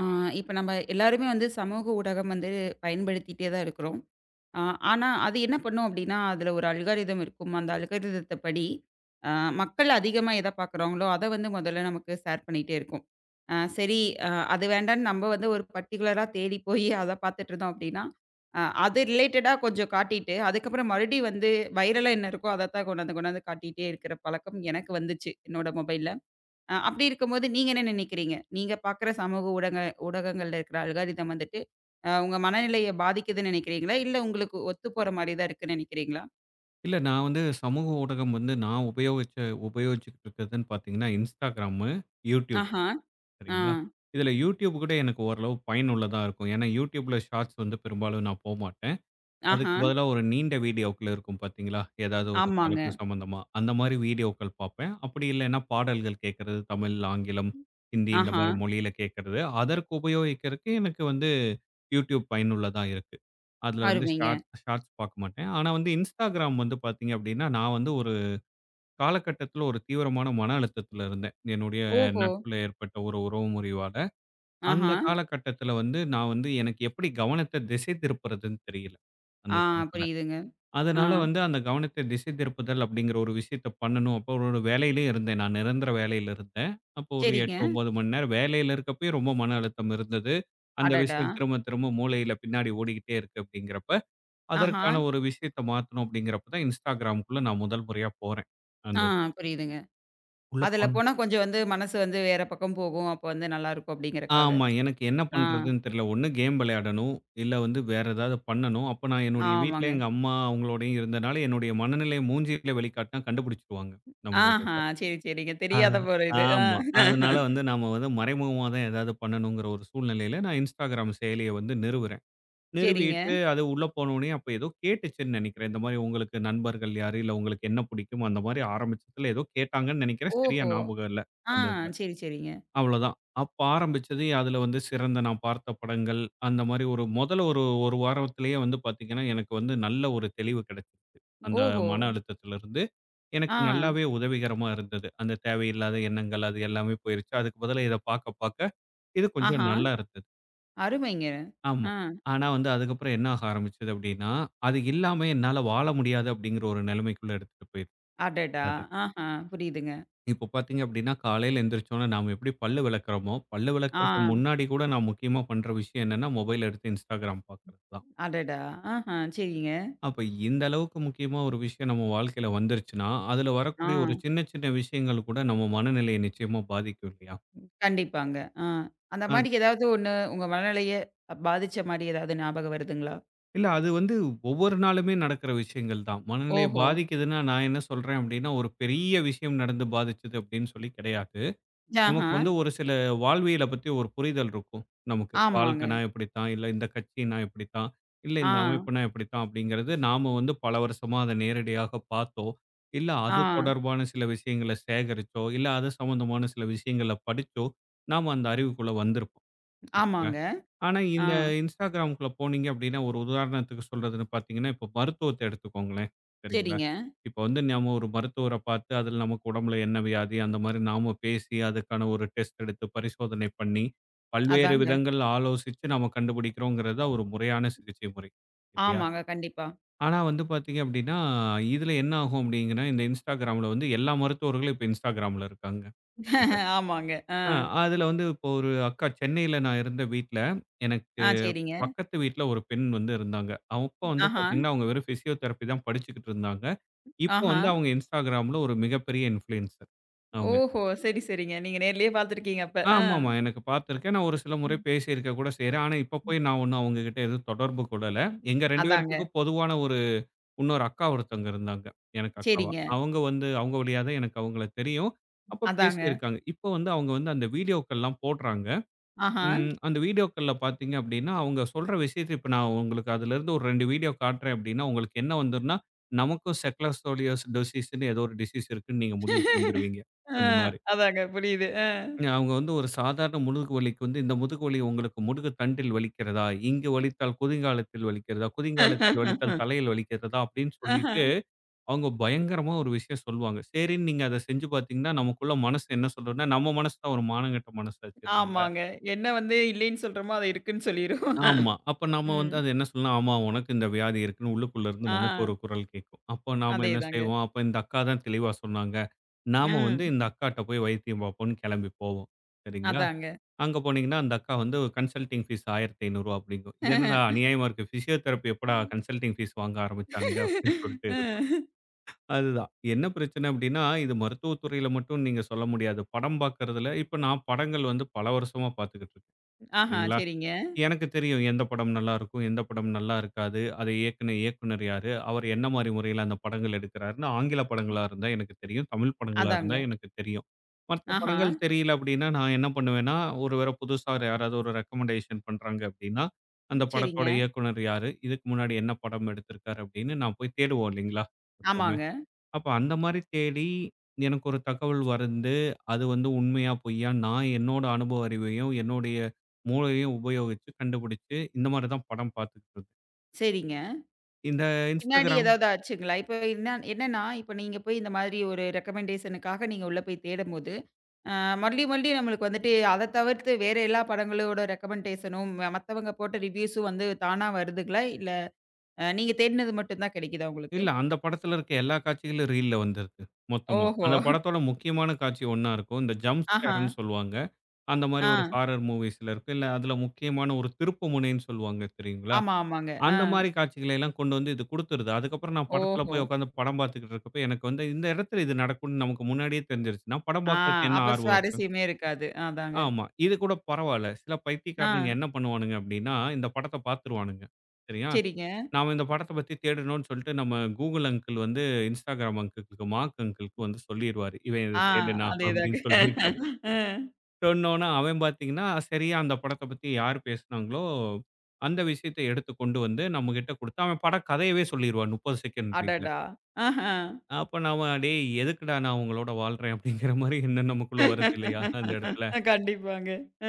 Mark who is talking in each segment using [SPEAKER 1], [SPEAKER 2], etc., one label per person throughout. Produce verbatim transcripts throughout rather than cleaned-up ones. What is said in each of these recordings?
[SPEAKER 1] ஆ, இப்ப நம்ம எல்லாருமே வந்து சமூக ஊடகம் வந்து பயன்படுத்திட்டே தான் இருக்கிறோம். ஆ, ஆனா, அது என்ன பண்ணும் அப்டின்னா, அதுல ஒரு அல்காரிதம் இருக்கும். அந்த அல்காரிதத்த படி, அ மக்கள் அதிகமா எத பார்க்குறாங்களோ, அத வந்து முதல்ல நமக்கு ஷேர் பண்ணிட்டே இருக்கும். அ சரி, அ அது வேண்டான்னு நம்ம வந்து ஒரு பர்ட்டிகுலரா தேடி போய் அத பார்த்துட்டு இருந்தோம் அப்டின்னா, அ அது ரிலேட்டடா கொஞ்சம் காட்டிட்டு, அதுக்கப்புறம் மறுபடியும் வந்து வைரலா என்ன இருக்கோ, அதத்தான் கொண்டாந்து கொண்டாந்து காட்டிட்டே இருக்கிற பழக்கம் எனக்கு வந்துச்சு, என்னோட மொபைல்ல. அ அப்படி இருக்கும்போது நீங்க என்ன நினைக்கிறீங்க? நீங்க பார்க்குற சமூக ஊடக ஊடகங்கள்ல இருக்கிற அல்காரிதம் வந்துட்டு, அ உங்க மனநிலைய பாதிக்குதுன்னு நினைக்கிறீங்களா? இல்ல உங்களுக்கு ஒத்து போற மாரி தான் இருக்குன்னு நினைக்கிறீங்களா?
[SPEAKER 2] இல்ல நான் வந்து சமூக ஊடகம் வந்து நான் உபயோகிச்ச உபயோகிச்சுக்கிட்டு இருக்கிறதுன்னு பார்த்தீங்கன்னா, Instagram, YouTube தான்.
[SPEAKER 1] ஆஹா. ஆ.
[SPEAKER 2] சரிங்களா? இதுல YouTube கூட எனக்கு ஓரளவு பயனுள்ளதா இருக்கும். ஏன்னா, YouTubeல ஷார்ட்ஸ் வந்து பெரும்பாலும் நான் போமாட்டேன். அதுக்கு
[SPEAKER 1] ஆஹா.
[SPEAKER 2] பதிலா ஒரு நீண்ட வீடியோக்கள் இருக்கும் பார்த்தீங்களா? ஏதாவது ஒரு
[SPEAKER 1] ஆமாங்க.
[SPEAKER 2] தலைப்பு சம்மந்தமா, அந்த மாரி வீடியோக்கள் பார்ப்பேன். அப்படி இல்லைன்னா பாடல்கள் கேட்கறது, தமிழ், ஆங்கிலம், ஹிந்தி இந்த
[SPEAKER 1] ஆஹா.
[SPEAKER 2] மாரி மொழியில கேட்கறது. அதற்கு உபயோகிக்கிறதுக்கு எனக்கு வந்து YouTube பயனுள்ளதா இருக்கு. அதுல வந்து
[SPEAKER 1] அருமைங்க.
[SPEAKER 2] ஷார்ட் ஷார்ட்ஸ் பார்க்க மாட்டேன். ஆனா வந்து Instagram வந்து பார்த்தீங்க அப்படின்னா, நான் வந்து ஒரு காலகட்டத்தில ஒரு தீவிரமான மன அழுத்தத்தில இருந்தேன். என்னுடைய
[SPEAKER 1] ஓஹோ!
[SPEAKER 2] நட்புல ஏற்பட்ட ஒரு உறவு முறிவால. அந்த
[SPEAKER 1] ஆஹா.
[SPEAKER 2] காலகட்டத்தில வந்து நான் வந்து எனக்கு எப்படி கவனத்த திசை திருப்புறதுன்னு தெரியல, அந்த
[SPEAKER 1] ஆ
[SPEAKER 2] காலத்தில.
[SPEAKER 1] புரியுதுங்க. ஆ.
[SPEAKER 2] அதனால வந்து அந்த கவனத்தை திசை திருப்புதல் அப்படிங்கிற ஒரு விஷயத்த பண்ணணும். அப்போ ஒரு வேலையிலயும் இருந்தேன். நான் நிரந்தர வேலையில இருந்தேன். அப்போ ஒரு
[SPEAKER 1] சரிங்க.
[SPEAKER 2] எட்டு, ஒன்பது மணி நேரம் வேலையில இருக்கப்பயே ரொம்ப மன அழுத்தம் இருந்தது. அந்த
[SPEAKER 1] அடடா!
[SPEAKER 2] விஷயம் திரும்ப திரும்ப மூளையில பின்னாடி ஓடிக்கிட்டே இருக்கு அப்படிங்கிறப்ப,
[SPEAKER 1] ஆஹா.
[SPEAKER 2] அதற்கான ஒரு விஷயத்த மாத்தணும் அப்படிங்கிறப்ப தான் Instagramக்குள்ள நான் முதல் முறையா போறேன். அந்த
[SPEAKER 1] ஆ
[SPEAKER 2] இது.
[SPEAKER 1] புரியுதுங்க.
[SPEAKER 2] உள்ள
[SPEAKER 1] அதுல
[SPEAKER 2] போன
[SPEAKER 1] போனா கொஞ்சம் வந்து மனசு வந்து வேற பக்கம் போகும். அப்போ வந்து நல்லாருக்கும் அப்படிங்கிறக்காக.
[SPEAKER 2] ஆமா. எனக்கு என்ன
[SPEAKER 1] ஆ.
[SPEAKER 2] பண்றதுன்னு தெரியல. ஒண்ணு கேம் விளையாடணும், இல்ல வந்து வேற ஏதாவது பண்ணணும். அப்ப நான் என்னுடைய வீட்ல
[SPEAKER 1] ஆமாங்க.
[SPEAKER 2] எங்க அம்மா அவங்களோடையும் இருந்தனால, என்னுடைய மனநிலைய மூஞ்சியில வெளிக்காட்டினா கண்டுபிடிச்சுருவாங்க.
[SPEAKER 1] ஆஹா.
[SPEAKER 2] நம்மளோட
[SPEAKER 1] சரி, சரிங்க.
[SPEAKER 2] ஆ,
[SPEAKER 1] தெரியாத ஒரு இது. ஆ.
[SPEAKER 2] ஆமா. அதனால வந்து நாம வந்து மறைமுகமா தான் ஏதாவது பண்ணணுங்கிற ஒரு சூழ்நிலையில நான் Instagram செயலிய வந்து நிறுவுறேன்.
[SPEAKER 1] சரிங்க.
[SPEAKER 2] நிறுவிட்டு அது உள்ள போனோனே அப்ப ஏதோ கேட்டுச்சுன்னு நெனைக்கிறேன். இந்த மாரி உங்களுக்கு நண்பர்கள் யாரு? இல்ல உங்களுக்கு என்ன பிடிக்கும்? அந்த மாரி ஆரம்பிச்சதுல ஏதோ கேட்டாங்கன்னு நெனைக்கிறேன். சரியா
[SPEAKER 1] ஓஹோ!
[SPEAKER 2] ஞாபகம் இல்ல
[SPEAKER 1] ஆ,
[SPEAKER 2] அந்த இதுல.
[SPEAKER 1] சரி, சரிங்க.
[SPEAKER 2] அவ்வளோதான். அப்ப ஆரம்பிச்சது அதுல வந்து சிறந்த நான் பார்த்த படங்கள், அந்த மாரி ஒரு முதல்ல ஒரு 1 வாரத்திலேயே வந்து பார்த்தீங்கன்னா, எனக்கு வந்து நல்ல ஒரு தெளிவு கிடைச்சிருச்சு. அந்த
[SPEAKER 1] ஓஹோ!
[SPEAKER 2] மன அழுத்தத்திலிருந்து. எனக்கு
[SPEAKER 1] ஆ,
[SPEAKER 2] நல்லாவே உதவிகரமா இருந்தது. அந்த தேவையில்லாத எண்ணங்கள் அது எல்லாமே போயிருச்சு. அதுக்கு பதிலா இத பாக்க பாக்க இது கொஞ்சம்
[SPEAKER 1] ஆஹா,
[SPEAKER 2] நல்லா இருந்தது.
[SPEAKER 1] அருமைங்க.
[SPEAKER 2] ஆமா.
[SPEAKER 1] ஆ,
[SPEAKER 2] ஆனா வந்து அதுக்கப்புறம் என்ன ஆக ஆரம்பிச்சது அப்டின்னா, அது இல்லாம என்னால வாழ முடியாது அப்டிங்கிற ஒரு நிலைமைக்குள்ள எடுத்துட்டு போயிருச்சு
[SPEAKER 1] அடடா!
[SPEAKER 2] அது.
[SPEAKER 1] ஆஹா, புரியுதுங்க.
[SPEAKER 2] இப்போ பாத்தீங்க அப்டின்னா, காலையில எந்திரிச்சோன நாம எப்படி பல்லு விளக்குறோமோ, பல்லு
[SPEAKER 1] ஆ,
[SPEAKER 2] விளக்குறதுக்கு முன்னாடி கூட நான் முக்கியமா பண்ற விஷயம் என்னன்னா, மொபைல் எடுத்து Instagram பாக்குறது தான்.
[SPEAKER 1] அடடா! ஆஹா, சரிங்க.
[SPEAKER 2] அப்ப இந்த அளவுக்கு முக்கியமா ஒரு விஷயம் நம்ம வாழ்க்கையில வந்துருச்சுன்னா, அதுல
[SPEAKER 1] ஆ,
[SPEAKER 2] வரக்கூடிய ஒரு சின்ன சின்ன விஷயங்கள் கூட நம்ம மனநிலைய நிச்சயமா பாதிக்கும் இல்லையா?
[SPEAKER 1] கண்டிப்பாங்க. ஆ, அந்த மாரி ஏதாவது ஒண்ணு உங்க மனநிலைய பாதிச்ச மாரி ஏதாவது ஞாபகம் வருதுங்களா?
[SPEAKER 2] இல்ல. அது வந்து ஒவ்வொரு நாளுமே நடக்கிற விஷயங்கள் தான். மனநிலைய
[SPEAKER 1] ஓஹோ!
[SPEAKER 2] பாதிக்குதுன்னா, நான் என்ன சொல்றேன் அப்டின்னா, ஒரு பெரிய விஷயம் நடந்து பாதிச்சது அப்டின்னு சொல்லி கிடையாது. நமக்கு
[SPEAKER 1] ஆஹா,
[SPEAKER 2] வந்து ஒரு சில வாழ்வியல பத்தி ஒரு புரிதல் இருக்கும். நமக்கு
[SPEAKER 1] ஆமாங்க.
[SPEAKER 2] வாழ்க்கைனா இப்படித்தான், இல்ல இந்த கட்சினா இப்படித்தான், இல்ல
[SPEAKER 1] ஆ,
[SPEAKER 2] இந்த அமைப்புனா இப்படித்தான் அப்டிங்கிறது நாம வந்து பல வருஷமா அத நேரடியாக பார்த்தோ, இல்ல
[SPEAKER 1] ஆ,
[SPEAKER 2] அது தொடர்பான சில விஷயங்கள சேகரிச்சோ, இல்ல அது சம்மந்தமான சில விஷயங்கள படிச்சோ, நாம அந்த அறிவுக்குள்ள வந்திருப்போம்.
[SPEAKER 1] ஆமாங்க.
[SPEAKER 2] ஆனா,
[SPEAKER 1] ஆ,
[SPEAKER 2] இந்த Instagramக்குள்ள போனீங்க அப்டின்னா, ஒரு உதாரணத்துக்கு சொல்றதுன்னு பார்த்தீங்கன்னா, இப்போ மருத்துவத்த எடுத்துக்கோங்களேன். சரிங்களா?
[SPEAKER 1] சரிங்க.
[SPEAKER 2] இப்ப வந்து நம்ம ஒரு மருத்துவர பார்த்து, அதில நமக்கு உடம்புல என்ன வியாதி? அந்த மாரி நாம பேசி, அதுக்கான ஒரு டெஸ்ட் எடுத்து, பரிசோதனை பண்ணி, பல்வேறு
[SPEAKER 1] அதாங்க.
[SPEAKER 2] விதங்கள் ஆலோசிச்சு நம்ம கண்டுபிடிக்கிறோங்கிறது தான் ஒரு முறையான சிகிச்சை முறை. இல்லையா?
[SPEAKER 1] ஆமாங்க, கண்டிப்பா.
[SPEAKER 2] ஆனா வந்து பார்த்தீங்க அப்டின்னா, இதில என்ன ஆகும் அப்டிங்கன்னா, இந்த Instagramல வந்து எல்லா மருத்துவர்களும் இப்ப Instagramல இருக்காங்க. கண்டிப்பா.
[SPEAKER 1] ஆமாங்க. ஆ,
[SPEAKER 2] ஆ அதில வந்து இப்போ ஒரு அக்கா சென்னையில நான் இருந்த வீட்ல எனக்கு
[SPEAKER 1] ஆ, சரிங்க.
[SPEAKER 2] பக்கத்து வீட்ல ஒரு பெண் வந்து இருந்தாங்க. அப்போ வந்து
[SPEAKER 1] ஆஹா,
[SPEAKER 2] பார்த்தீங்கன்னா, அவங்க வெறும் ஃபிசியோதெரபி தான் படிச்சுக்கிட்டு இருந்தாங்க. இப்போ
[SPEAKER 1] ஆஹா.
[SPEAKER 2] வந்து அவங்க Instagramல ஒரு மிகப்பெரிய இன்ஃப்ளூயன்சர் அவங்க.
[SPEAKER 1] ஓஹோ! சரி, சரிங்க. நீங்க நேர்லயே பார்த்துருக்கீங்க அப்ப. ஆ.
[SPEAKER 2] ஆமாமா. எனக்கு பார்த்துருக்கேன். நான் ஒரு சில முறை
[SPEAKER 1] ம்.
[SPEAKER 2] பேசியிருக்க கூட செய்றேன். ஆனா, இப்போ போய் நான் ஒண்ணும் அவங்க கிட்ட எதுவும் தொடர்பு கொள்ளல. எங்க ரெண்டு
[SPEAKER 1] அதாங்க.
[SPEAKER 2] பேர்த்துக்கும் பொதுவான ஒரு இன்னொரு அக்கா ஒருத்தவங்க இருந்தாங்க. எனக்கு அக்காவா.
[SPEAKER 1] சரிங்க.
[SPEAKER 2] அவங்க வந்து அவங்க வழியா தான் எனக்கு அவங்கள தெரியும். அப்ப
[SPEAKER 1] அதாங்க.
[SPEAKER 2] பேசியிருக்காங்க. இப்போ வந்து அவங்க வந்து அந்த வீடியோக்கள்லாம் போடுறாங்க.
[SPEAKER 1] ஆஹா.
[SPEAKER 2] ம். அந்த வீடியோக்கள்ல பார்த்தீங்க அப்டின்னா, அவங்க சொல்ற விஷயத்த இப்ப நான் உங்களுக்கு அதுலருந்து ஒரு ரெண்டு வீடியோ காட்டுறேன் அப்டின்னா, உங்களுக்கு என்ன வந்துரும்னா, நமக்கும் செக்கலோஸ்கோலியோஸ் டிசீஸ்ன்னு ஏதோ ஒரு டிசீஸ் இருக்குன்னு நீங்க முடிவுக்கு வந்துருவீங்க.
[SPEAKER 1] அ
[SPEAKER 2] அந்த மாரி.
[SPEAKER 1] அதாங்க புரியுது. அ.
[SPEAKER 2] அவங்க வந்து ஒரு சாதாரண முதுகு வலிக்கு வந்து இந்த முதுகு வலி உங்களுக்கு முதுகு தண்டில் வலிக்கிறதா? இங்கு வலித்தால் குதிங்காலத்தில் வலிக்கிறதா? குதிங்காலத்தில் வலித்தால் தலையில் வலிக்கிறதா? அப்டின்னு
[SPEAKER 1] ஆஹ.
[SPEAKER 2] சொல்லிட்டு அவங்க பயங்கரமா ஒரு விஷயம் சொல்லுவாங்க. சரின்னு நீங்க அத செஞ்சு பார்த்தீங்கன்னா, நமக்குள்ள மனசு என்ன சொல்லும்னா, நம்ம மனசு தான் ஒரு மானங்கெட்ட மனசாச்சு இல்லைங்களா?
[SPEAKER 1] ஆமாங்க. என்ன வந்து இல்லைன்னு சொல்றோமோ, அது இருக்குன்னு சொல்லிரும்.
[SPEAKER 2] ஆமா. அப்ப நாம
[SPEAKER 1] ம்.
[SPEAKER 2] வந்து அது என்ன சொல்லலாம், ஆமா உனக்கு இந்த வியாதி இருக்குன்னு உள்ளுக்குள்ள இருந்து
[SPEAKER 1] ஆ.
[SPEAKER 2] நமக்கு ஒரு குரல் கேட்கும். அப்ப நாம என்ன
[SPEAKER 1] அதேதாங்க.
[SPEAKER 2] செய்வோம், அப்ப இந்த அக்கா தான் தெளிவா சொன்னாங்க. நாம வந்து
[SPEAKER 1] ம்.
[SPEAKER 2] இந்த அக்காட்ட போய் வைத்தியம் பார்ப்போம்ன்னு கிளம்பி போவோம். சரிங்களா?
[SPEAKER 1] அதாங்க.
[SPEAKER 2] அங்க போனீங்கன்னா, அந்த அக்கா வந்து கன்சல்டிங் ஃபீஸ் ரூ. ஆயிரத்தி ஐநூறு அப்படிங்கும். இது என்னடா
[SPEAKER 1] அ.
[SPEAKER 2] அநியாயமா இருக்கு. பிசியோதெரபி எப்படா கன்சல்டிங் ஃபீஸ் வாங்க ஆரம்பிச்சானுங்க அப்படின்னு சொல்லிட்டு இருக்கும். அதுதான். என்ன பிரச்சனை அப்படின்னா, இது மருத்துவத்துறையில மட்டும் நீங்க சொல்ல முடியாது. படம் பார்க்கறதுல இப்ப நான் படங்கள் வந்து பல வருஷமா பார்த்துக்கிட்டு இருக்கேன்.
[SPEAKER 1] ஆஹா.
[SPEAKER 2] சரிங்களா?
[SPEAKER 1] சரிங்க.
[SPEAKER 2] எனக்கு தெரியும் எந்த படம் நல்லாருக்கும், எந்த படம் நல்லா இருக்காது. அதை இயக்குன இயக்குனர் யாரு? அவர் என்ன மாரி முறையில அந்த படங்கள் எடுக்கிறாருன்னு ஆங்கில படங்களா இருந்தா எனக்கு தெரியும். தமிழ் படங்களா இருந்தா
[SPEAKER 1] அதாங்க.
[SPEAKER 2] எனக்கு தெரியும். மத்த
[SPEAKER 1] ஆஹா.
[SPEAKER 2] படங்கள் தெரியல அப்டின்னா, நான் என்ன பண்ணுவேன்னா, ஒரு வேள புதுசா யாராவது ஒரு ரெக்கமெண்டேஷன் பண்றாங்க அப்டின்னா, அந்த
[SPEAKER 1] சரிங்க.
[SPEAKER 2] படத்தோட இயக்குனர் யாரு? இதுக்கு முன்னாடி என்ன படம் எடுத்திருக்காரு? அப்டின்னு நான் போய் தேடுவோம் இல்லைங்களா?
[SPEAKER 1] ஆமாங்க.
[SPEAKER 2] அப்ப அந்த மாரி தேடி, எனக்கு ஒரு தகவல் வந்து, அது வந்து உண்மையா, பொய்யா, நான் என்னோட அனுபவ அறிவையும், என்னுடைய மூளையையும் உபயோகிச்சு கண்டுபிடிச்சு, இந்த மாரி தான் படம் பார்த்துக்கிட்டு இருந்தேன்.
[SPEAKER 1] சரிங்க.
[SPEAKER 2] இந்த
[SPEAKER 1] பின்னாடி
[SPEAKER 2] Instagram
[SPEAKER 1] ஏதாவது ஆச்சுங்களா? இப்ப என்ன என்னன்னா, இப்ப நீங்க போய் இந்த மாதிரி ஒரு ரெக்கமெண்டேஷனுக்காக நீங்க உள்ள போய் தேடும்போது அ மறுபடி மறுபடி நம்மளுக்கு வந்துட்டு, அத தவிர்த்து வேற எல்லா படங்களோட ரெக்கமெண்டேஷனும், ம மத்தவங்க போட்ட ரிவ்யூஸும் வந்து தானா வருதுங்களா? இல்ல அ நீங்க தேடுனது மட்டும் தான் கிடைக்குதா உங்களுக்கு?
[SPEAKER 2] இல்ல அந்த படத்துல இருக்க எல்லா காட்சிகளும் ரீல்ல வந்துருது, மொத்தமா.
[SPEAKER 1] ஓஹோ!
[SPEAKER 2] அந்த படத்தோட முக்கியமான காட்சி ஒண்ணா இருக்கும். இந்த ஜம்ப்
[SPEAKER 1] ஆஹா.
[SPEAKER 2] ஸ்கேர்ன்னு சொல்லுவாங்க. அந்த மாரி
[SPEAKER 1] ஆ.
[SPEAKER 2] ஒரு ஹாரர் மூவிஸ்ல இருக்கும். இல்ல அதுல முக்கியமான ஒரு திருப்பு முனைன்னு சொல்லுவாங்க தெரியுங்களா?
[SPEAKER 1] ஆமா, ஆமாங்க. ஆ.
[SPEAKER 2] அந்த மாரி காட்சிகளை எல்லாம் கொண்டு வந்து இது குடுத்துருது. அதுக்கப்புறம் நான் படத்துல
[SPEAKER 1] ஓஹோ!
[SPEAKER 2] போய் உட்காந்து படம் பார்த்துக்கிட்டு இருக்கப்ப, எனக்கு வந்து இந்த இடத்துல இது நடக்கும்னு நமக்கு முன்னாடியே தெரிஞ்சிருச்சுன்னா, படம்
[SPEAKER 1] ஆ
[SPEAKER 2] பார்க்கறக்கு என்ன
[SPEAKER 1] அப்ப
[SPEAKER 2] ஆர்வம் இருக்கு?
[SPEAKER 1] சுவாரஸ்யமே இருக்காது. அதாங்க.
[SPEAKER 2] ஆமா. இது கூட பரவால்ல. சில
[SPEAKER 1] ஆ.
[SPEAKER 2] பைத்தியக்காரனுங்க என்ன பண்ணுவானுங்க அப்டின்னா, இந்த படத்த பார்த்துருவானுங்க. சரியா?
[SPEAKER 1] சரிங்க.
[SPEAKER 2] நாம இந்த படத்த பத்தி தேடணும்னு சொல்லிட்டு நம்ம கூகுள் அங்கிள் வந்து Instagram அங்கிள்க்கு, மார்க் அங்கிள்க்கு வந்து சொல்லிருவாரு. இவன் இத
[SPEAKER 1] ஆ
[SPEAKER 2] தேடுனா
[SPEAKER 1] அதேதாங்க.
[SPEAKER 2] அப்டின்னு சொல்லி.
[SPEAKER 1] அ.
[SPEAKER 2] சொன்னோன, அவன் பார்த்தீங்கன்னா, சரியா அந்த படத்த பத்தி யார் பேசுனாங்களோ, அந்த விஷயத்த எடுத்து கொண்டு வந்து நம்மகிட்ட குடுத்து, அவன் பட கதையவே சொல்லிருவான் முப்பது செகண்ட் ரீல்ல.
[SPEAKER 1] அடடா! ஆஹா.
[SPEAKER 2] அப்ப நாம "டேய் எதுக்குடா நான் உங்களோட வாழ்றேன்?" அப்படிங்கிற மாரி எண்ணம் நமக்குள்ள வருது இல்லையா? அந்த இடத்துல.
[SPEAKER 1] அ கண்டிப்பாங்க. அ.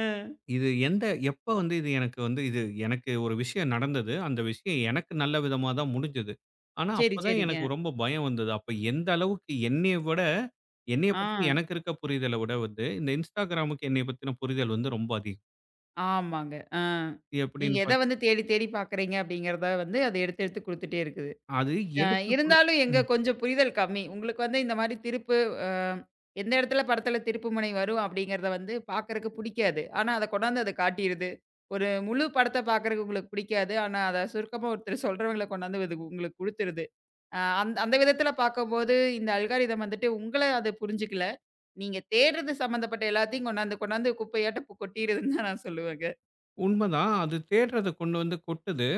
[SPEAKER 2] இது எந்த எப்ப வந்து இது எனக்கு வந்து இது எனக்கு ஒரு விஷயம் நடந்தது. அந்த விஷயம் எனக்கு நல்ல விதமா தான் முடிஞ்சது. ஆனா,
[SPEAKER 1] சரி,
[SPEAKER 2] அப்பதான்
[SPEAKER 1] சரிங்க.
[SPEAKER 2] எனக்கு ரொம்ப பயம் வந்தது. அப்ப எந்த அளவுக்கு என்னைய விட என்னைய
[SPEAKER 1] ஆ.
[SPEAKER 2] பத்தி எனக்கு இருக்க புரிதல விட வந்து, இந்த Instagramக்கு என்னைய பத்தின புரிதல் வந்து ரொம்ப அதிகம்.
[SPEAKER 1] ஆமாங்க. ஆ. நீங்க
[SPEAKER 2] எப்படின்னு
[SPEAKER 1] எத வந்து தேடி தேடி பார்க்குறீங்க அப்படிங்கிறத வந்து அது எடுத்து எடுத்து குடுத்துட்டே இருக்குது.
[SPEAKER 2] அது
[SPEAKER 1] அ
[SPEAKER 2] எடுத்து குடு
[SPEAKER 1] இருந்தாலும் எங்க
[SPEAKER 2] ம்.
[SPEAKER 1] கொஞ்சம் புரிதல் கம்மி. உங்களுக்கு வந்து இந்த மாரி திருப்பு அ எந்த இடத்துல படத்துல திருப்புமுனை வரும் அப்படிங்கிறத வந்து பார்க்கறக்கு புடிக்காது. ஆனா அத கொண்டாந்து அது காட்டிருது. ஒரு முழு படத்த பார்க்கறக்கு உங்களுக்கு புடிக்காது. ஆனா அத சுருக்கமா ஒருத்தர் சொல்றவங்கள கொண்டாந்து அது உங்களுக்கு குடுத்துருது. அ அந்த அந்த விதத்துல பார்க்கும்போது இந்த அல்காரிதம் வந்துட்டு உங்கள அது புரிஞ்சுக்கல. நீங்க தேடுறது சம்மந்தப்பட்ட எல்லாத்தையும் கொண்டாந்து கொண்டாந்து குப்பையாட்ட கொட்டிருதுன்னு தான் நான் சொல்லுவேங்க.
[SPEAKER 2] உண்மதான். அது தேடுறத கொண்டு வந்து கொட்டுது.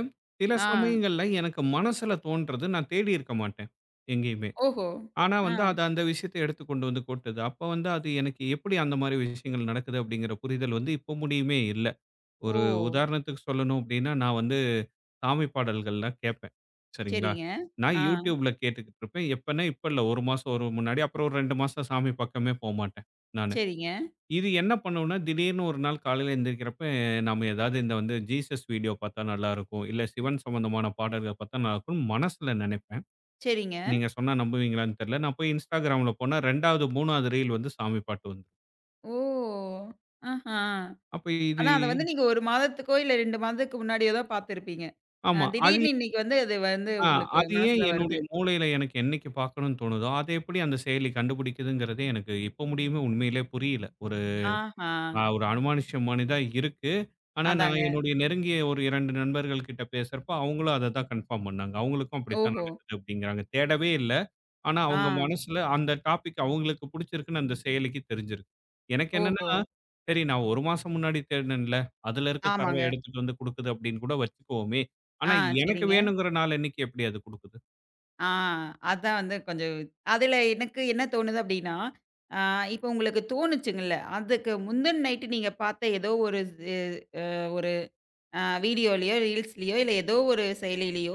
[SPEAKER 2] சில
[SPEAKER 1] ஆ.
[SPEAKER 2] சமயங்கள்ல எனக்கு மனசுல தோன்றது, நான் தேடி இருக்க மாட்டேன், எங்கேயுமே.
[SPEAKER 1] ஓஹோ!
[SPEAKER 2] ஆனா
[SPEAKER 1] ஆ.
[SPEAKER 2] வந்து அது அந்த விஷயத்த எடுத்து கொண்டு வந்து கொட்டுது. அப்ப வந்து அது எனக்கு எப்படி அந்த மாரி விஷயங்கள் நடக்குது அப்படிங்கிற புரிதல் வந்து இப்போ முடியுமே இல்ல. ஒரு
[SPEAKER 1] ஓ!
[SPEAKER 2] உதாரணத்துக்கு சொல்லணும் அப்படின்னா, நான் வந்து சாமி பாடல்கள்லாம் கேட்பேன். சரிங்களா?
[SPEAKER 1] சரிங்க.
[SPEAKER 2] நான்
[SPEAKER 1] ஆ.
[SPEAKER 2] YouTubeல கேட்டுக்கிட்டு இருப்பேன். எப்பன்னா இப்ப இல்ல. ஒரு மாசம் ஒரு முன்னாடி, அப்புறம் ஒரு ரெண்டு மாசம் சாமி பக்கமே போமாட்டேன் நானு.
[SPEAKER 1] சரிங்க,
[SPEAKER 2] இது என்ன பண்ணும்னா, திடீர்னு ஒரு நாள் காலையில எந்திரிக்கிறப்ப, நம்ம ஏதாவது இந்த வந்து ஜீசஸ் வீடியோ பார்த்தா நல்லாருக்கும். இல்ல சிவன் சம்மந்தமான பாடல்கள பார்த்தா நல்லாருக்கும்னு மனசுல நெனைப்பேன்.
[SPEAKER 1] சரிங்க.
[SPEAKER 2] நீங்க சொன்னா நம்புவீங்களான்னு தெரியல. நான் போய் Instagramல போனா 2வது, 3வது ரீல் வந்து சாமி பாட்டு வந்துரும்.
[SPEAKER 1] ஓ! ஆஹா!
[SPEAKER 2] அப்ப இது
[SPEAKER 1] ஆனா அத வந்து நீங்க ஒரு மாதத்துக்கோ, இல்ல ரெண்டு மாதத்துக்கு முன்னாடியோ தான் பார்த்துருப்பீங்க. அ
[SPEAKER 2] ஆமா. அது
[SPEAKER 1] திடீர்னு இன்னைக்கு வந்து அது வந்து
[SPEAKER 2] ஆ
[SPEAKER 1] உங்களுக்கு
[SPEAKER 2] அது ஏன்
[SPEAKER 1] மனசுல
[SPEAKER 2] என்னுடைய
[SPEAKER 1] வருது.
[SPEAKER 2] மூளையில எனக்கு என்னைக்கு பார்க்கணும்னு தோணுதோ, அத எப்படி அந்த செயலி கண்டுபிடிக்குதுங்கிறதே எனக்கு இப்ப முடியுமே உண்மையிலே புரியல. ஒரு
[SPEAKER 1] ஆஹா!
[SPEAKER 2] அ ஒரு அனுமானுஷ்யமானி தான் இருக்கு. ஆனா, நான்
[SPEAKER 1] அதாங்க.
[SPEAKER 2] என்னுடைய நெருங்கிய ஒரு ரெண்டு நண்பர்கள் கிட்ட பேசுறப்ப, அவங்களும் அத தான் கன்ஃபார்ம் பண்ணாங்க. அவங்களுக்கும் அப்படித்தான்
[SPEAKER 1] ஓஹோ!
[SPEAKER 2] நடக்குது அப்படிங்கிறாங்க. தேடவே இல்ல. ஆனா ம்.
[SPEAKER 1] ஆ.
[SPEAKER 2] அவங்க மனசுல அந்த டாபிக் அவங்களுக்கு புடிச்சிருக்குன்னு அந்த செயலிக்கு தெரிஞ்சிருக்கு. எனக்கு என்னன்னா,
[SPEAKER 1] ஓஹோ!
[SPEAKER 2] சரி நான் ஒரு மாசம் முன்னாடி தேடுனேன்ல, அதுல இருக்க தரவ
[SPEAKER 1] ஆமாங்க.
[SPEAKER 2] எடுத்துட்டு வந்து குடுக்குது அப்படின்னு கூட வச்சுக்குவோமே.
[SPEAKER 1] ஆ
[SPEAKER 2] ஆனா எனக்கு
[SPEAKER 1] சரிங்க.
[SPEAKER 2] வேணுங்கிற நாள் அன்னைக்கு எப்படி அது குடுக்குது?
[SPEAKER 1] ஆ அதான் வந்து கொஞ்சம் அதுல எனக்கு என்ன தோணுது அப்டின்னா, ஆ இப்ப உங்களுக்கு தோணுச்சுங்கல்ல, அதுக்கு முந்தின நைட்டு நீங்க பார்த்த ஏதோ ஒரு இது அ வீடியோலயோ, ரீல்ஸ்லயோ இல்ல ஏதோ ஒரு செயலிலயோ,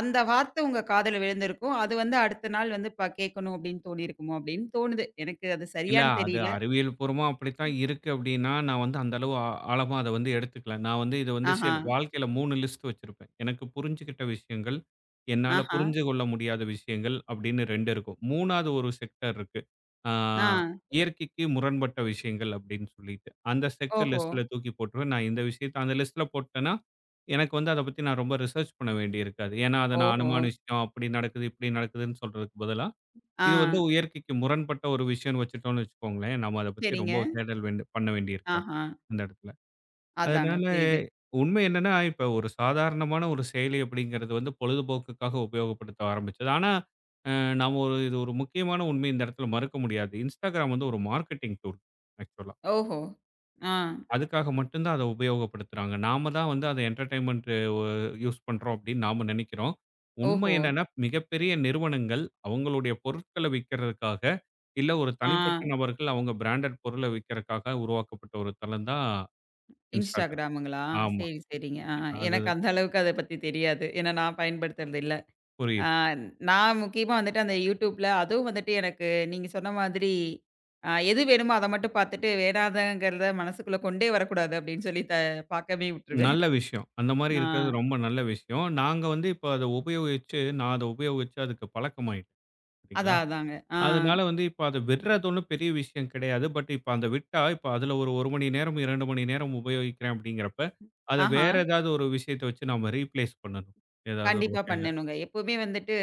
[SPEAKER 1] அந்த வார்த்தை உங்க காதுல விழுந்திருக்கும். அது வந்து அடுத்த நாள் வந்து ப கேட்கணும் அப்படின்னு தோணியிருக்குமோ அப்படின்னு தோணுது. எனக்கு அது
[SPEAKER 2] இல்ல.
[SPEAKER 1] சரியான்னு
[SPEAKER 2] அது
[SPEAKER 1] தெரியல.
[SPEAKER 2] அறிவியல் பூர்வமா அப்படித்தான் இருக்கு அப்படின்னா, நான் வந்து அந்த அளவு ஆ ஆழமா அத வந்து எடுத்துக்கல. நான் வந்து இது வந்து
[SPEAKER 1] ஆஹா,
[SPEAKER 2] சில வாழ்க்கையில மூணு லிஸ்ட் வச்சிருப்பேன். எனக்கு புரிஞ்சுகிட்ட விஷயங்கள், என்னால
[SPEAKER 1] ஆஹா,
[SPEAKER 2] புரிஞ்சு கொள்ள முடியாத விஷயங்கள் அப்படின்னு ரெண்டு இருக்கும். 3வது ஒரு செக்டர் இருக்கு. ஆ
[SPEAKER 1] ஆ,
[SPEAKER 2] இயற்கைக்கு முரண்பட்ட விஷயங்கள் அப்படின்னு சொல்லிட்டு. அந்த செக்டர்
[SPEAKER 1] ஓஹோ,
[SPEAKER 2] லிஸ்ட்ல தூக்கி போட்டுருவேன். நான் இந்த விஷயத்த அந்த லிஸ்ட்ல போட்டேன்னா, எனக்கு வந்து அத பத்தி நான் ரொம்ப ரிசர்ச் பண்ண வேண்டியிருக்காது. ஏன்னா, அத நான்
[SPEAKER 1] ஓஹோ,
[SPEAKER 2] அனுமானிச்சுட்டோம், அப்படி நடக்குது, இப்படி நடக்குதுன்னு சொல்றதுக்கு பதிலா
[SPEAKER 1] ஆ,
[SPEAKER 2] இது வந்து இயற்கைக்கு முரண்பட்ட ஒரு விஷயம்னு வச்சுட்டோம்னு வச்சுக்கோங்களேன், நம்ம அத பத்தி
[SPEAKER 1] சரிங்க.
[SPEAKER 2] ரொம்ப தேடல் வேண்டு பண்ண வேண்டியிருக்காது,
[SPEAKER 1] ஆஹா,
[SPEAKER 2] அந்த இடத்துல.
[SPEAKER 1] அதாங்க
[SPEAKER 2] அதனால
[SPEAKER 1] புரியுது.
[SPEAKER 2] உண்மை என்னன்னா, இப்ப ஒரு சாதாரணமான ஒரு செயலி அப்படிங்கிறது வந்து பொழுதுபோக்குக்காக உபயோகப்படுத்த ஆரம்பிச்சது. ஆனா, அ நாம ஒரு இது ஒரு முக்கியமான உண்மை இந்த இடத்துல மறுக்க முடியாது. Instagram வந்து ஒரு மார்க்கெட்டிங் டூல் ஆக்சுவலா.
[SPEAKER 1] ஓஹோ, ஆ,
[SPEAKER 2] அதுக்காக மட்டும் தான் அத உபயோகப்படுத்துறாங்க. நாம தான் வந்து அத என்டர்டெயின்மென்ட் ஒ யூஸ் பண்றோம் அப்படின்னு நாம நெனைக்கிறோம். உண்மை
[SPEAKER 1] ஓஹோ,
[SPEAKER 2] என்னன்னா, மிகப்பெரிய நிறுவனங்கள் அவங்களுடைய பொருட்கள விக்கிறதுக்காக, இல்ல ஒரு
[SPEAKER 1] ஆ,
[SPEAKER 2] தனிப்பட்ட நபர்கள் அவங்க பிராண்டட் பொருள விக்கிறதுக்காக உருவாக்கப்பட்ட ஒரு தளம் தான் Instagram.
[SPEAKER 1] Instagramங்களா?
[SPEAKER 2] ஆமா.
[SPEAKER 1] சரி, சரிங்க. ஆ,
[SPEAKER 2] அது
[SPEAKER 1] எனக்கு அந்த அளவுக்கு அத பத்தி தெரியாது. ஏன்னா நான் பயன்படுத்துறது இல்ல. ஆ
[SPEAKER 2] புரியுது.
[SPEAKER 1] நான் முக்கியமா வந்துட்டு அந்த YouTubeல அதுவும் வந்துட்டு எனக்கு நீங்க சொன்ன மாதிரி, அ எது வேணுமோ அத மட்டும் பாத்துட்டு வேணாதங்கிறத மனசுக்குள்ள கொண்டே வரக்கூடாது அப்படின்னு சொல்லி த பாக்கவே விட்டுருவேன்.
[SPEAKER 2] நல்ல விஷயம். அந்த மாரி
[SPEAKER 1] ஆ
[SPEAKER 2] இருக்கிறது ரொம்ப நல்ல விஷயம். நாங்க வந்து இப்ப அத உபயோகிச்சு நான் அத உபயோகிச்சு அதுக்கு பழக்கமாயிட்டேன். சரிங்களா?
[SPEAKER 1] அதான், அதாங்க. ஆ.
[SPEAKER 2] அதனால வந்து இப்ப அத விட்றது ஒண்ணும் பெரிய விஷயம் கிடையாது. பட் இப்ப அந்த விட்டா, இப்ப அதுல ஒரு 1 மணி நேரம், ரெண்டு மணி நேரம் உபயோகிக்கிறேன் அப்படிங்கிறப்ப, அத
[SPEAKER 1] ஆஹா.
[SPEAKER 2] வேற ஏதாவது ஒரு விஷயத்த வச்சு நாம ரீப்ளேஸ் பண்ணணும். ஏதாவது ஒரு
[SPEAKER 1] கண்டிப்பா
[SPEAKER 2] வகையில.
[SPEAKER 1] பண்ணணுங்க. எப்பவுமே வந்துட்டு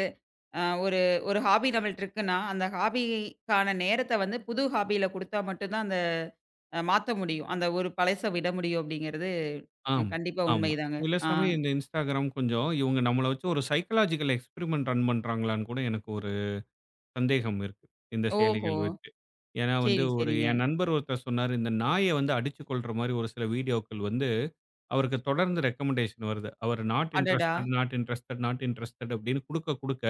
[SPEAKER 1] அ ஒரு ஒரு ஹாபி நம்மள்ட்ட இருக்குன்னா, அந்த ஹாபிக்கான நேரத்த வந்து புது ஹாபியில குடுத்தா மட்டும் தான் அந்த அ மாத்த முடியும். அந்த ஒரு பழச விட முடியும் அப்படிங்கிறது அ,
[SPEAKER 2] ஆமா,
[SPEAKER 1] கண்டிப்பா
[SPEAKER 2] ஆமா.
[SPEAKER 1] உண்மைதாங்க.
[SPEAKER 2] சில
[SPEAKER 1] ஆ.
[SPEAKER 2] சமயம் இந்த Instagram கொஞ்சம் இவங்க நம்மள வச்சு ஒரு சைக்காலஜிக்கல் எக்ஸ்பெரிமென்ட் ரன் பண்றாங்களான்னு கூட எனக்கு ஒரு சந்தேகம் இருக்கு. இந்த
[SPEAKER 1] ஓஹோ!
[SPEAKER 2] செயலிகள் வச்சு. ஏன்னா வந்து
[SPEAKER 1] சரி,
[SPEAKER 2] ஒரு
[SPEAKER 1] சரிங்க.
[SPEAKER 2] என் நண்பர் ஒருத்தர் சொன்னாரு, இந்த நாய வந்து அடிச்சு கொல்ற மாரி ஒரு சில வீடியோக்கள் வந்து அவருக்கு தொடர்ந்து ரெக்கமெண்டேஷன் வருது. அவர் நாட்
[SPEAKER 1] அடடா!
[SPEAKER 2] Interested, not interested, not interested அப்படின்னு குடுக்க, குடுக்க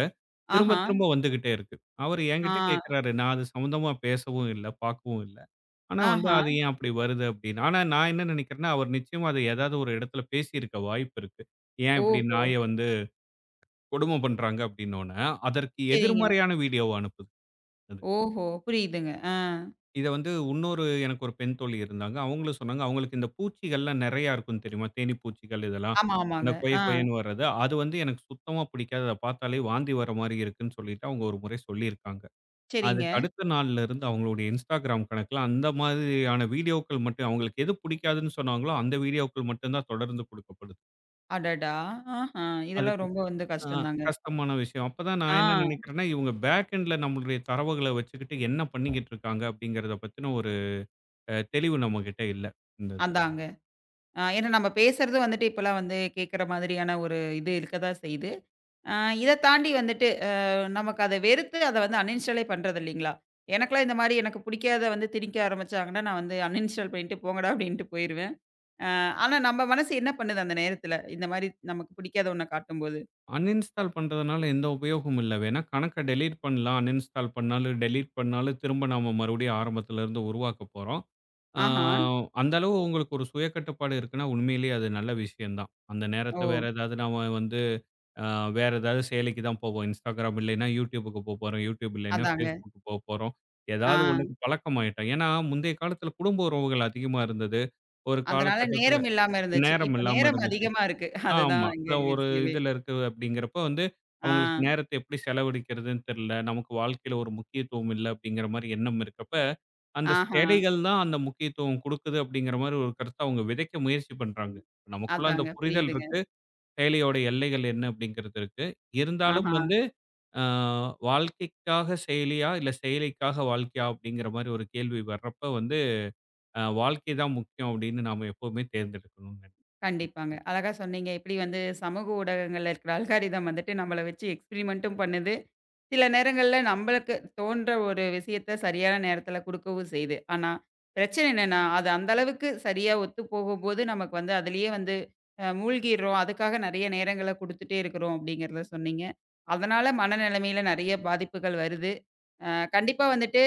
[SPEAKER 2] திரும்ப
[SPEAKER 1] ஆஹா!
[SPEAKER 2] திரும்ப வந்துகிட்டே இருக்கு. அவரு
[SPEAKER 1] ஆ,
[SPEAKER 2] என்கிட்ட கேட்கிறாரு. நான் அது சம்மந்தமா பேசவும் இல்ல, பார்க்கவும் இல்ல. ஆனா வந்து
[SPEAKER 1] ஆஹா!
[SPEAKER 2] அது ஏன் அப்படி வருது அப்படின்னு. ஆனா நான் என்ன நினைக்கிறேன்னா, அவர் நிச்சயமா அது ஏதாவது ஒரு இடத்துல பேசியிருக்க வாய்ப்பு இருக்கு. ஏன் இப்படி
[SPEAKER 1] ஓஹோ!
[SPEAKER 2] நாய வந்து கொடுமை பண்றாங்க அப்படின்னோன, அதற்கு
[SPEAKER 1] சரிங்க.
[SPEAKER 2] எதிர்மறையான வீடியோவ அனுப்புது.
[SPEAKER 1] ஓஹோ! புரியுதுங்க. ஆ.
[SPEAKER 2] இத வந்து உன்னொரு எனக்கு ஒரு பெண் தோழி இருந்தாங்க. அவங்களும் சொன்னாங்க. அவங்களுக்கு இந்த பூச்சிகள்லாம் நெறையா இருக்கும் தெரியுமா? தேனீ பூச்சிகள் இதெல்லாம்.
[SPEAKER 1] ஆமா,
[SPEAKER 2] அந்த
[SPEAKER 1] ஆமாங்க.
[SPEAKER 2] கொய
[SPEAKER 1] ஆ.
[SPEAKER 2] கொயன்னு வர்றது. அது வந்து எனக்கு சுத்தமா பிடிக்காது. அத பார்த்தாலே வாந்தி வர மாரி இருக்குன்னு சொல்லிட்டு அவங்க ஒரு முறை சொல்லியிருக்காங்க. அதுக்கு
[SPEAKER 1] சரிங்க.
[SPEAKER 2] அடுத்த நாள்லருந்து அவங்களுடைய Instagram கணக்குல அந்த மாதிரியான வீடியோக்கள் மட்டும் அவங்களுக்கு எது பிடிக்காதுன்னு சொன்னாங்களோ, அந்த வீடியோக்கள் மட்டும் தான் தொடர்ந்து குடுக்கப்படுது.
[SPEAKER 1] அடடா! ஆஹா! இதெல்லாம்
[SPEAKER 2] அதுக்கு
[SPEAKER 1] ரொம்ப வந்து
[SPEAKER 2] ஆ
[SPEAKER 1] கஷ்டம் தாங்க.
[SPEAKER 2] கஷ்டமான விஷயம். அப்பதான் நான் என்ன
[SPEAKER 1] ஆ,
[SPEAKER 2] நினைக்கிறேன்னா, இவங்க பேக் எண்ட்ல நம்மளுடைய தரவுகள வச்சுக்கிட்டு என்ன பண்ணிக்கிட்டு இருக்காங்க? அப்படிங்கிறத பத்தின ஒரு அ தெளிவு நம்மகிட்ட இல்ல. இந்த இது.
[SPEAKER 1] அதாங்க. ஆ ஏன்னா நம்ம பேசுறது வந்துட்டு இப்பலாம் வந்து கேட்கற மாதிரியான ஒரு இது இருக்க தான் செய்யுது. ஆ இத தாண்டி வந்துட்டு அ நமக்கு அத வெறுத்து அத வந்து அன்இன்ஸ்டாலே பண்றது இல்லீங்களா? எனக்கெல்லாம் இந்த மாரி எனக்கு பிடிக்காத வந்து திணிக்க ஆரம்பிச்சாங்கன்னா, நான் வந்து அன்இன்ஸ்டால் பண்ணிட்டு போங்கடா அப்படின்ட்டு போயிருவேன். ஆ ஆனா நம்ம மனசு என்ன பண்ணுது அந்த நேரத்துல? இந்த மாரி நமக்கு பிடிக்காத ஒண்ண காட்டும்போது?
[SPEAKER 2] அன்இன்ஸ்டால் பண்றதுனால எந்த உபயோகமும் இல்ல. வேணா கணக்க டெலீட் பண்ணலாம். அன்இன்ஸ்டால் பண்ணாலும், டெலீட் பண்ணாலும் திரும்ப நாம மறுபடியும் ஆரம்பத்திலருந்து உருவாக்க போறோம். ஆ
[SPEAKER 1] ஆஹா!
[SPEAKER 2] அந்த அளவு உங்களுக்கு ஒரு சுய கட்டுப்பாடு இருக்குன்னா, உண்மையிலேயே அது நல்ல விஷயம் தான். அந்த
[SPEAKER 1] ஓ!
[SPEAKER 2] நேரத்த வேற ஏதாவது நாம வந்து அ வேற ஏதாவது செயலிக்கு தான் போவோம். Instagram இல்லைன்னா YouTubeக்கு போப்போறோம். YouTube இல்லைன்னா
[SPEAKER 1] அதாங்க.
[SPEAKER 2] Facebookக்கு போப்போறோம்.
[SPEAKER 1] ஆ.
[SPEAKER 2] ஏதாவது ஒண்ணுக்கு பழக்கமாயிட்டோம். ஏன்னா, முந்தைய காலத்தில குடும்ப உறவுகள் அதிகமா இருந்தது. ஒரு
[SPEAKER 1] அதனால
[SPEAKER 2] காலகட்டத்தில
[SPEAKER 1] நேரம் இல்லாம இருந்துச்சு.
[SPEAKER 2] நேரம்
[SPEAKER 1] இப்ப
[SPEAKER 2] இல்லாம
[SPEAKER 1] நேரம்
[SPEAKER 2] இருந்துச்சு.
[SPEAKER 1] அதிகமா இருக்கு. அதுதான்
[SPEAKER 2] ஆமா.
[SPEAKER 1] இங்க
[SPEAKER 2] அதான் ஒரு
[SPEAKER 1] விஷயமே.
[SPEAKER 2] இதுல இருக்கு அப்படிங்கிறப்போ வந்து,
[SPEAKER 1] ஆ.
[SPEAKER 2] அவங்களுக்கு நேரத்த எப்படி செலவழிக்கிறதுன்னு தெரியல. நமக்கு வாழ்க்கையில ஒரு முக்கியத்துவம் இல்ல அப்படிங்கிற மாரி எண்ணம் இருக்கப்ப, அந்த
[SPEAKER 1] ஆஹா.
[SPEAKER 2] சேலைகள் தான் அந்த முக்கியத்துவம் குடுக்குது அப்படிங்கிற மாரி ஒரு கருத்த அவங்க விதைக்க முயற்சி பண்றாங்க. நமக்குள்ள அந்த
[SPEAKER 1] அதாங்க.
[SPEAKER 2] புரிதல்
[SPEAKER 1] புரியுதுங்க.
[SPEAKER 2] இருக்கு. செயலியோட எல்லைகள் என்ன அப்படிங்கிறது இருக்கு. இருந்தாலும்
[SPEAKER 1] ஆஹா.
[SPEAKER 2] வந்து அ வாழ்க்கைக்காக செயலியா, இல்ல செயலிக்காக வாழ்க்கையா அப்படிங்கிற மாரி ஒரு கேள்வி வர்றப்ப வந்து, அ வாழ்க்கை தான் முக்கியம் அப்படின்னு நாம எப்பவுமே தேர்ந்தெடுக்கணும்னு நெனைக்கிறேன்.
[SPEAKER 1] கண்டிப்பாங்க. அழகா சொன்னீங்க. எப்படி வந்து சமூக ஊடகங்கள்ல இருக்கிற அல்காரிதம் வந்துட்டு நம்மள வச்சு எக்ஸ்பெரிமென்ட்டும் பண்ணுது. சில நேரங்கள்ல நம்மளுக்கு தோன்ற ஒரு விஷயத்த சரியான நேரத்துல குடுக்கவும் செய்யுது. ஆனா, பிரச்சனை என்னன்னா, அது அந்த அளவுக்கு சரியா ஒத்து போகும்போது, நமக்கு வந்து அதிலேயே வந்து அ மூழ்கிறோம். அதுக்காக நெறைய நேரங்கள குடுத்துட்டே இருக்கிறோம் அப்படிங்கிறத சொன்னீங்க. அதனால மனநிலைமையில நெறைய பாதிப்புகள் வருது. அ கண்டிப்பா வந்துட்டு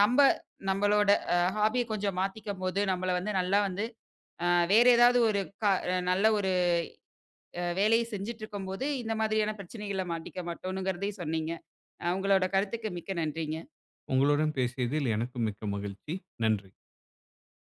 [SPEAKER 1] நம்ப நம்மளோட அ ஹாபிய கொஞ்சம் மாத்திக்கும்போது, நம்மள வந்து நல்லா வந்து அ வேற ஏதாவது ஒரு க அஹ், நல்ல ஒரு அ வேலைய செஞ்சுட்டுருக்கும்போது, இந்த மாதிரியான பிரச்சனைகள்ல மாட்டிக்க மாட்டோம்ங்கிறதையும் சொன்னீங்க. அ உங்களோட கருத்துக்கு மிக்க நன்றிங்க.
[SPEAKER 2] உங்களுடன் பேசியதில் எனக்கும் மிக்க மகிழ்ச்சி. நன்றி.